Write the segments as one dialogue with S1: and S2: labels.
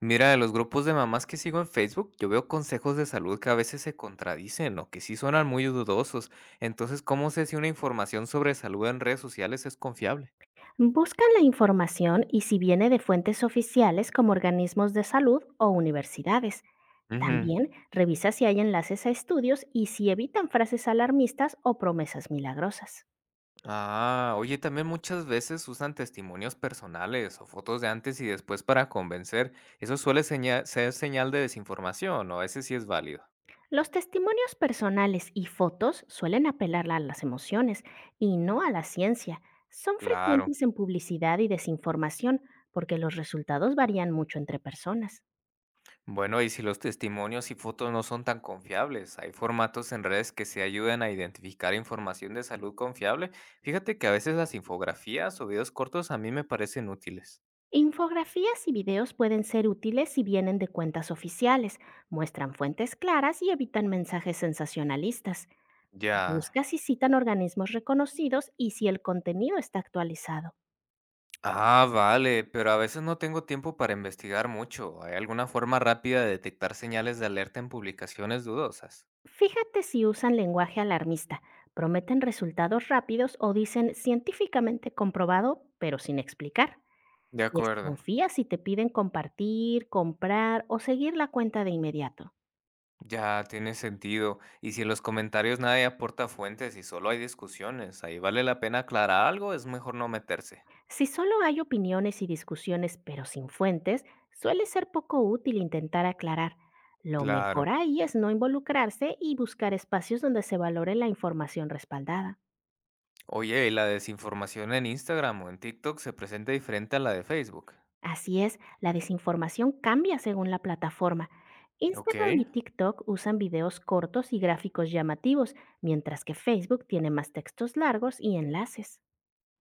S1: Mira, de los grupos de mamás que sigo en Facebook, yo veo consejos de salud que a veces se contradicen o que sí suenan muy dudosos. Entonces, ¿cómo sé si una información sobre salud en redes sociales es confiable?
S2: Buscan la información y si viene de fuentes oficiales como organismos de salud o universidades.
S1: Ujú.
S2: También revisa si hay enlaces a estudios y si evitan frases alarmistas o promesas milagrosas.
S1: Ah, oye, también muchas veces usan testimonios personales o fotos de antes y después para convencer. Eso ser señal de desinformación, o ese sí es válido.
S2: Los testimonios personales y fotos suelen apelar a las emociones y no a la ciencia. Son
S1: Claro.
S2: frecuentes en publicidad y desinformación porque los resultados varían mucho entre personas.
S1: Bueno, y si los testimonios y fotos no son tan confiables, hay formatos en redes que se ayudan a identificar información de salud confiable. Fíjate que a veces las infografías o videos cortos a mí me parecen útiles.
S2: Infografías y videos pueden ser útiles si vienen de cuentas oficiales, muestran fuentes claras y evitan mensajes sensacionalistas.
S1: Ya.
S2: Busca si citan organismos reconocidos y si el contenido está actualizado.
S1: Ah, vale, pero a veces no tengo tiempo para investigar mucho. ¿Hay alguna forma rápida de detectar señales de alerta en publicaciones dudosas?
S2: Fíjate si usan lenguaje alarmista, prometen resultados rápidos o dicen científicamente comprobado, pero sin explicar.
S1: De acuerdo.
S2: Desconfía si te piden compartir, comprar o seguir la cuenta de inmediato.
S1: Ya, tiene sentido. Y si en los comentarios nadie aporta fuentes y solo hay discusiones, ahí vale la pena aclarar algo, es mejor no meterse.
S2: Si solo hay opiniones y discusiones pero sin fuentes, suele ser poco útil intentar aclarar. Lo
S1: Claro.
S2: mejor ahí es no involucrarse y buscar espacios donde se valore la información respaldada.
S1: Oye, ¿y la desinformación en Instagram o en TikTok se presenta diferente a la de Facebook?
S2: Así es, la desinformación cambia según la plataforma.
S1: Ok.
S2: Instagram y TikTok usan videos cortos y gráficos llamativos, mientras que Facebook tiene más textos largos y enlaces.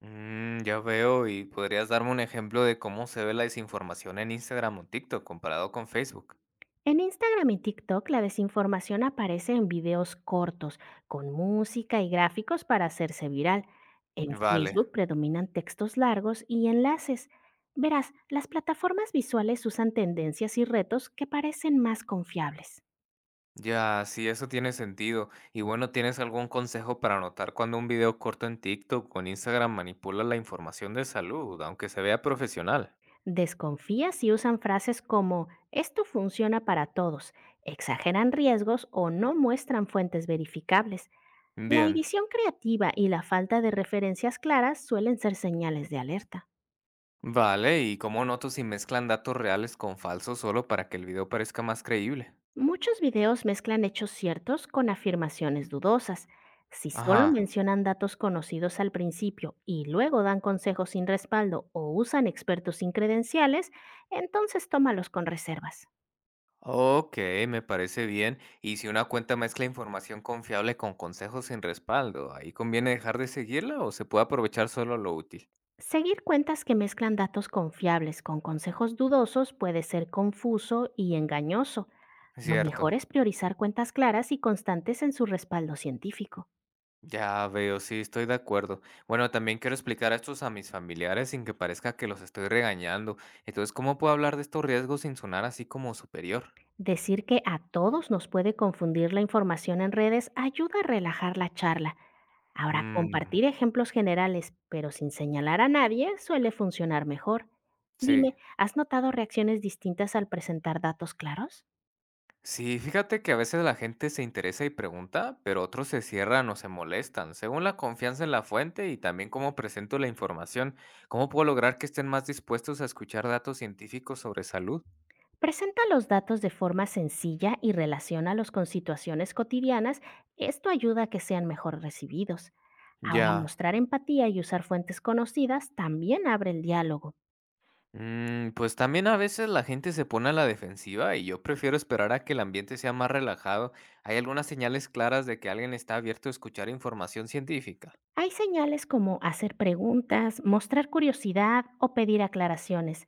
S1: Mm, ya veo, ¿y podrías darme un ejemplo de cómo se ve la desinformación en Instagram o TikTok comparado con Facebook?
S2: En Instagram y TikTok la desinformación aparece en videos cortos, con música y gráficos para hacerse viral. En
S1: Vale,
S2: Facebook predominan textos largos y enlaces. Verás, las plataformas visuales usan tendencias y retos que parecen más confiables.
S1: ya, sí, eso tiene sentido. Y bueno, ¿tienes algún consejo para notar cuando un video corto en TikTok o en Instagram manipula la información de salud, aunque se vea profesional?
S2: Desconfía si usan frases como esto funciona para todos, exageran riesgos o no muestran fuentes verificables. La
S1: Bien.
S2: edición creativa y la falta de referencias claras suelen ser señales de alerta.
S1: Vale, ¿y cómo noto si mezclan datos reales con falsos solo para que el video parezca más creíble?
S2: Muchos videos mezclan hechos ciertos con afirmaciones dudosas. Si solo
S1: Ajá.
S2: mencionan datos conocidos al principio y luego dan consejos sin respaldo o usan expertos sin credenciales, entonces tómalos con reservas.
S1: Ok, me parece bien. Y si una cuenta mezcla información confiable con consejos sin respaldo, ¿ahí conviene dejar de seguirla o se puede aprovechar solo lo útil?
S2: Seguir cuentas que mezclan datos confiables con consejos dudosos puede ser confuso y engañoso. Lo
S1: Cierto.
S2: mejor es priorizar cuentas claras y constantes en su respaldo científico.
S1: Ya veo, sí, estoy de acuerdo. Bueno, también quiero explicar esto a mis familiares sin que parezca que los estoy regañando. Entonces, ¿cómo puedo hablar de estos riesgos sin sonar así como superior?
S2: Decir que a todos nos puede confundir la información en redes ayuda a relajar la charla. Ahora,
S1: Mm,
S2: compartir ejemplos generales, pero sin señalar a nadie, suele funcionar mejor.
S1: sí.
S2: Dime, ¿has notado reacciones distintas al presentar datos claros?
S1: Sí, fíjate que a veces la gente se interesa y pregunta, pero otros se cierran o se molestan, según la confianza en la fuente y también cómo presento la información. ¿Cómo puedo lograr que estén más dispuestos a escuchar datos científicos sobre salud?
S2: Presenta los datos de forma sencilla y relaciónalos con situaciones cotidianas. Esto ayuda a que sean mejor recibidos. Ahora,
S1: Ya.
S2: mostrar empatía y usar fuentes conocidas también abre el diálogo.
S1: Mm, pues también a veces la gente se pone a la defensiva y yo prefiero esperar a que el ambiente sea más relajado. ¿Hay algunas señales claras de que alguien está abierto a escuchar información científica?
S2: Hay señales como hacer preguntas, mostrar curiosidad o pedir aclaraciones.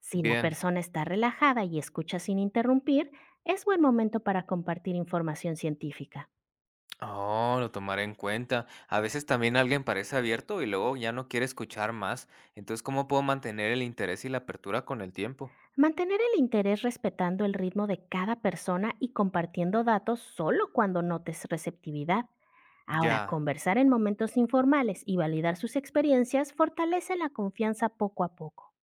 S2: Si la
S1: Bien.
S2: persona está relajada y escucha sin interrumpir, es buen momento para compartir información científica.
S1: Oh, lo tomaré en cuenta. A veces también alguien parece abierto y luego ya no quiere escuchar más. Entonces, ¿cómo puedo mantener el interés y la apertura con el tiempo?
S2: Mantener el interés respetando el ritmo de cada persona y compartiendo datos solo cuando notes receptividad. Ahora,
S1: Ya.
S2: conversar en momentos informales y validar sus experiencias fortalece la confianza poco a poco.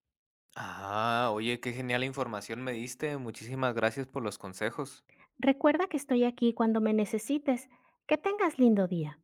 S1: Ah, oye, qué genial información me diste. Muchísimas gracias por los consejos.
S2: Recuerda que estoy aquí cuando me necesites. Que tengas lindo día.